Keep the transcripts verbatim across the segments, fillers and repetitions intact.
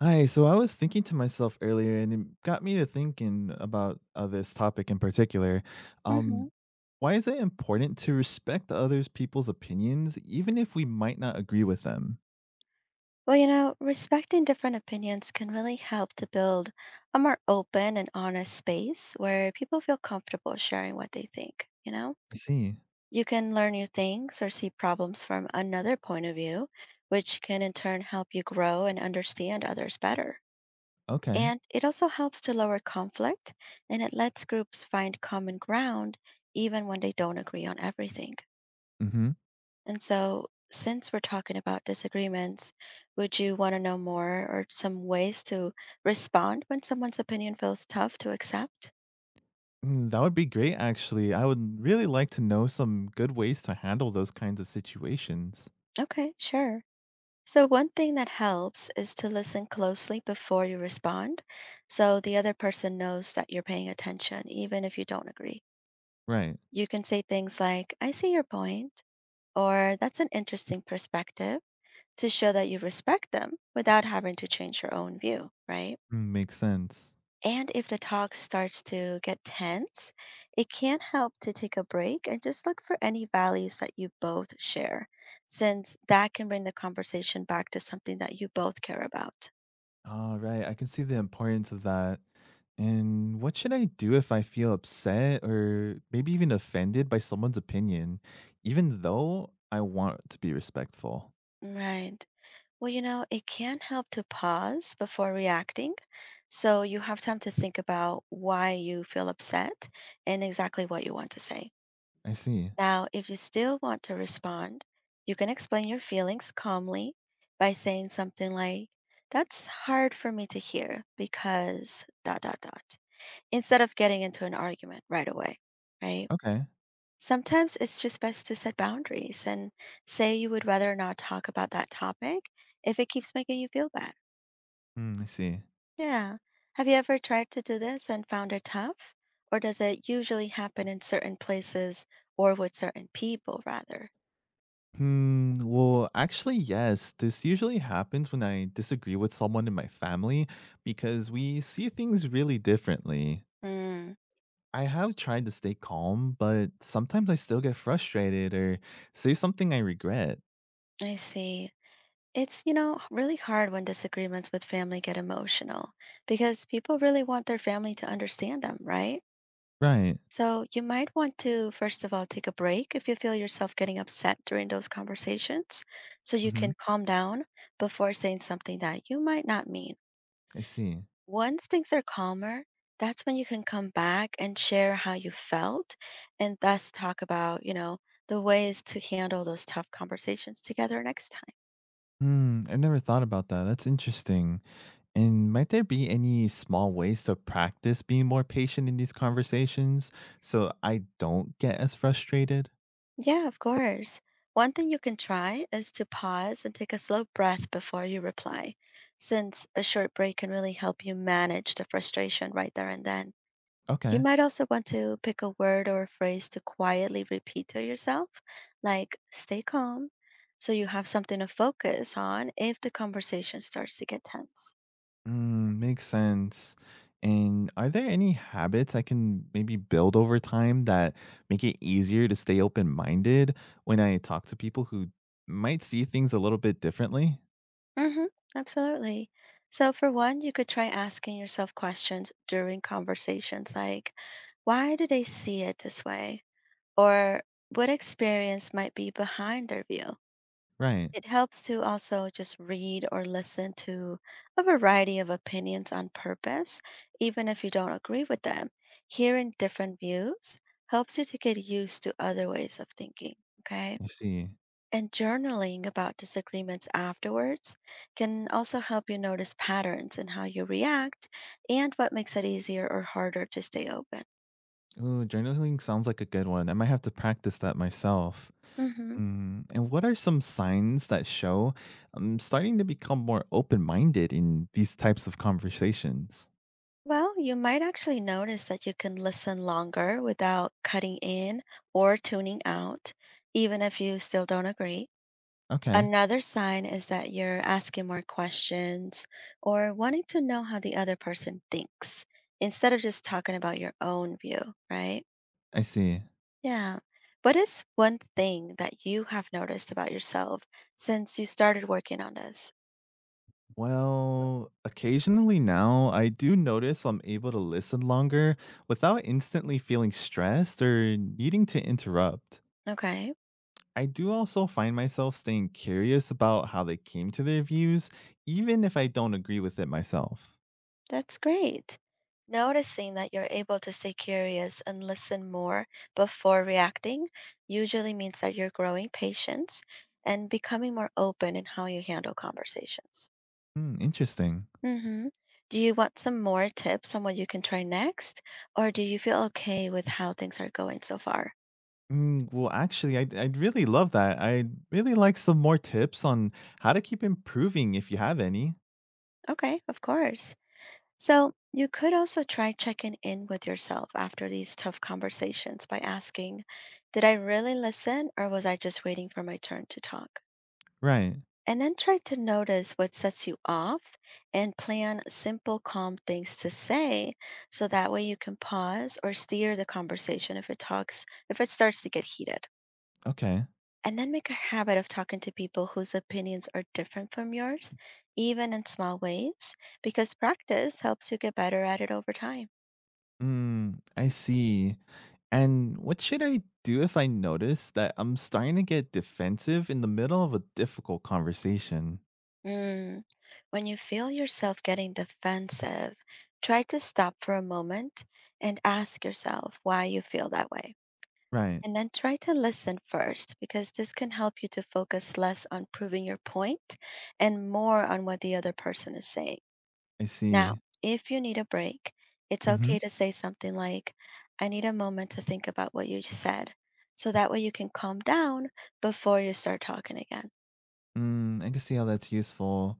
Hi, so I was thinking to myself earlier, and it got me to thinking about uh, this topic in particular. Hmm. Um, why is it important to respect others' people's opinions, even if we might not agree with them? Well, you know, respecting different opinions can really help to build a more open and honest space where people feel comfortable sharing what they think, you know? I see. You can learn new things or see problems from another point of view, which can in turn help you grow and understand others better. Okay. And it also helps to lower conflict, and it lets groups find common ground even when they don't agree on everything. Mm-hmm. And so, since we're talking about disagreements, would you want to know more or some ways to respond when someone's opinion feels tough to accept? Mm, that would be great, actually. I would really like to know some good ways to handle those kinds of situations. Okay, sure. So, one thing that helps is to listen closely before you respond so the other person knows that you're paying attention, even if you don't agree. Right. You can say things like, I see your point, or that's an interesting perspective to show that you respect them without having to change your own view, right? Mm, makes sense. And if the talk starts to get tense, it can help to take a break and just look for any values that you both share, since that can bring the conversation back to something that you both care about. All right, I can see the importance of that. And what should I do if I feel upset or maybe even offended by someone's opinion, even though I want to be respectful? Right. Well, you know, it can help to pause before reacting. So you have time to think about why you feel upset and exactly what you want to say. I see. Now, if you still want to respond, you can explain your feelings calmly by saying something like, That's hard for me to hear because dot dot dot, instead of getting into an argument right away, right? Okay. Sometimes it's just best to set boundaries and say you would rather not talk about that topic if it keeps making you feel bad. Hmm, I see. Yeah. Have you ever tried to do this and found it tough? Or does it usually happen in certain places or with certain people, rather? Hmm. Well, actually, yes. This usually happens when I disagree with someone in my family because we see things really differently. Mm. I have tried to stay calm, but sometimes I still get frustrated or say something I regret. I see. It's, you know, really hard when disagreements with family get emotional because people really want their family to understand them, right? Right. So you might want to, first of all, take a break if you feel yourself getting upset during those conversations so you Mm-hmm. can calm down before saying something that you might not mean. I see. Once things are calmer, that's when you can come back and share how you felt and thus talk about, you know, the ways to handle those tough conversations together next time. Hmm, I never thought about that. That's interesting. And might there be any small ways to practice being more patient in these conversations so I don't get as frustrated? Yeah, of course. One thing you can try is to pause and take a slow breath before you reply, since a short break can really help you manage the frustration right there and then. You Okay. might also want to pick a word or a phrase to quietly repeat to yourself, like stay calm, so you have something to focus on if the conversation starts to get tense. Mm, makes sense. And are there any habits I can maybe build over time that make it easier to stay open minded when I talk to people who might see things a little bit differently? Mm-hmm, absolutely. So, for one, you could try asking yourself questions during conversations like, why do they see it this way? Or what experience might be behind their view. Right. It helps to also just read or listen to a variety of opinions on purpose, even if you don't agree with them. Hearing different views helps you to get used to other ways of thinking, okay? I see. And journaling about disagreements afterwards can also help you notice patterns in how you react and what makes it easier or harder to stay open. Ooh, journaling sounds like a good one. I might have to practice that myself. Mhm. Mm, and what are some signs that show I'm starting to become more open minded in these types of conversations? Well, you might actually notice that you can listen longer without cutting in or tuning out, even if you still don't agree. Okay, Another sign is that you're asking more questions or wanting to know how the other person thinks instead of just talking about your own view, right? I see. Yeah. What is one thing that you have noticed about yourself since you started working on this? Well, occasionally now I do notice I'm able to listen longer without instantly feeling stressed or needing to interrupt. Okay. I do also find myself staying curious about how they came to their views, even if I don't agree with it myself. That's great. Noticing that you're able to stay curious and listen more before reacting usually means that you're growing patience and becoming more open in how you handle conversations. Hmm, interesting. Hmm. Do you want some more tips on what you can try next, or do you feel okay with how things are going so far? Mm, well, actually, I'd I'd really love that. I'd really like some more tips on how to keep improving if you have any. Okay, of course. So, you could also try checking in with yourself after these tough conversations by asking, Did I really listen or was I just waiting for my turn to talk? Right. And then try to notice what sets you off and plan simple, calm things to say so that way you can pause or steer the conversation if it talks, if it starts to get heated. Okay. And then make a habit of talking to people whose opinions are different from yours, even in small ways, because practice helps you get better at it over time. Mm, I see. And what should I do if I notice that I'm starting to get defensive in the middle of a difficult conversation? Mm. When you feel yourself getting defensive, try to stop for a moment and ask yourself why you feel that way. Right. And then try to listen first, because this can help you to focus less on proving your point and more on what the other person is saying. I Now, see. if you need a break, it's Mm-hmm. okay to say something like, I need a moment to think about what you said. So that way you can calm down before you start talking again. Mm, I can see how that's useful.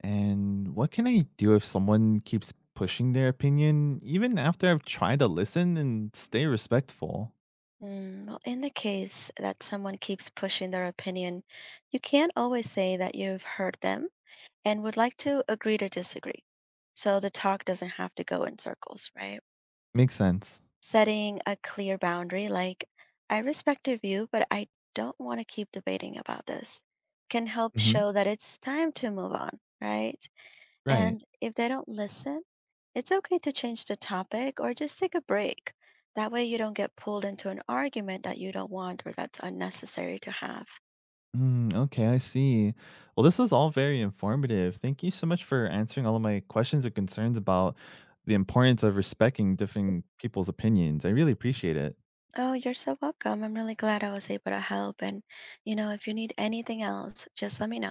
And what can I do if someone keeps pushing their opinion, even after I've tried to listen and stay respectful? Mm, well, in the case that someone keeps pushing their opinion, you can't always say that you've heard them and would like to agree to disagree. So the talk doesn't have to go in circles, right? Makes sense. Setting a clear boundary, like, I respect your view, but I don't want to keep debating about this, can help Mhm. show that it's time to move on, right? Right. And if they don't listen, it's okay to change the topic or just take a break. That way, you don't get pulled into an argument that you don't want or that's unnecessary to have. Mm, okay, I see. Well, this was all very informative. Thank you so much for answering all of my questions and concerns about the importance of respecting different people's opinions. I really appreciate it. Oh, you're so welcome. I'm really glad I was able to help. And, you know, if you need anything else, just let me know.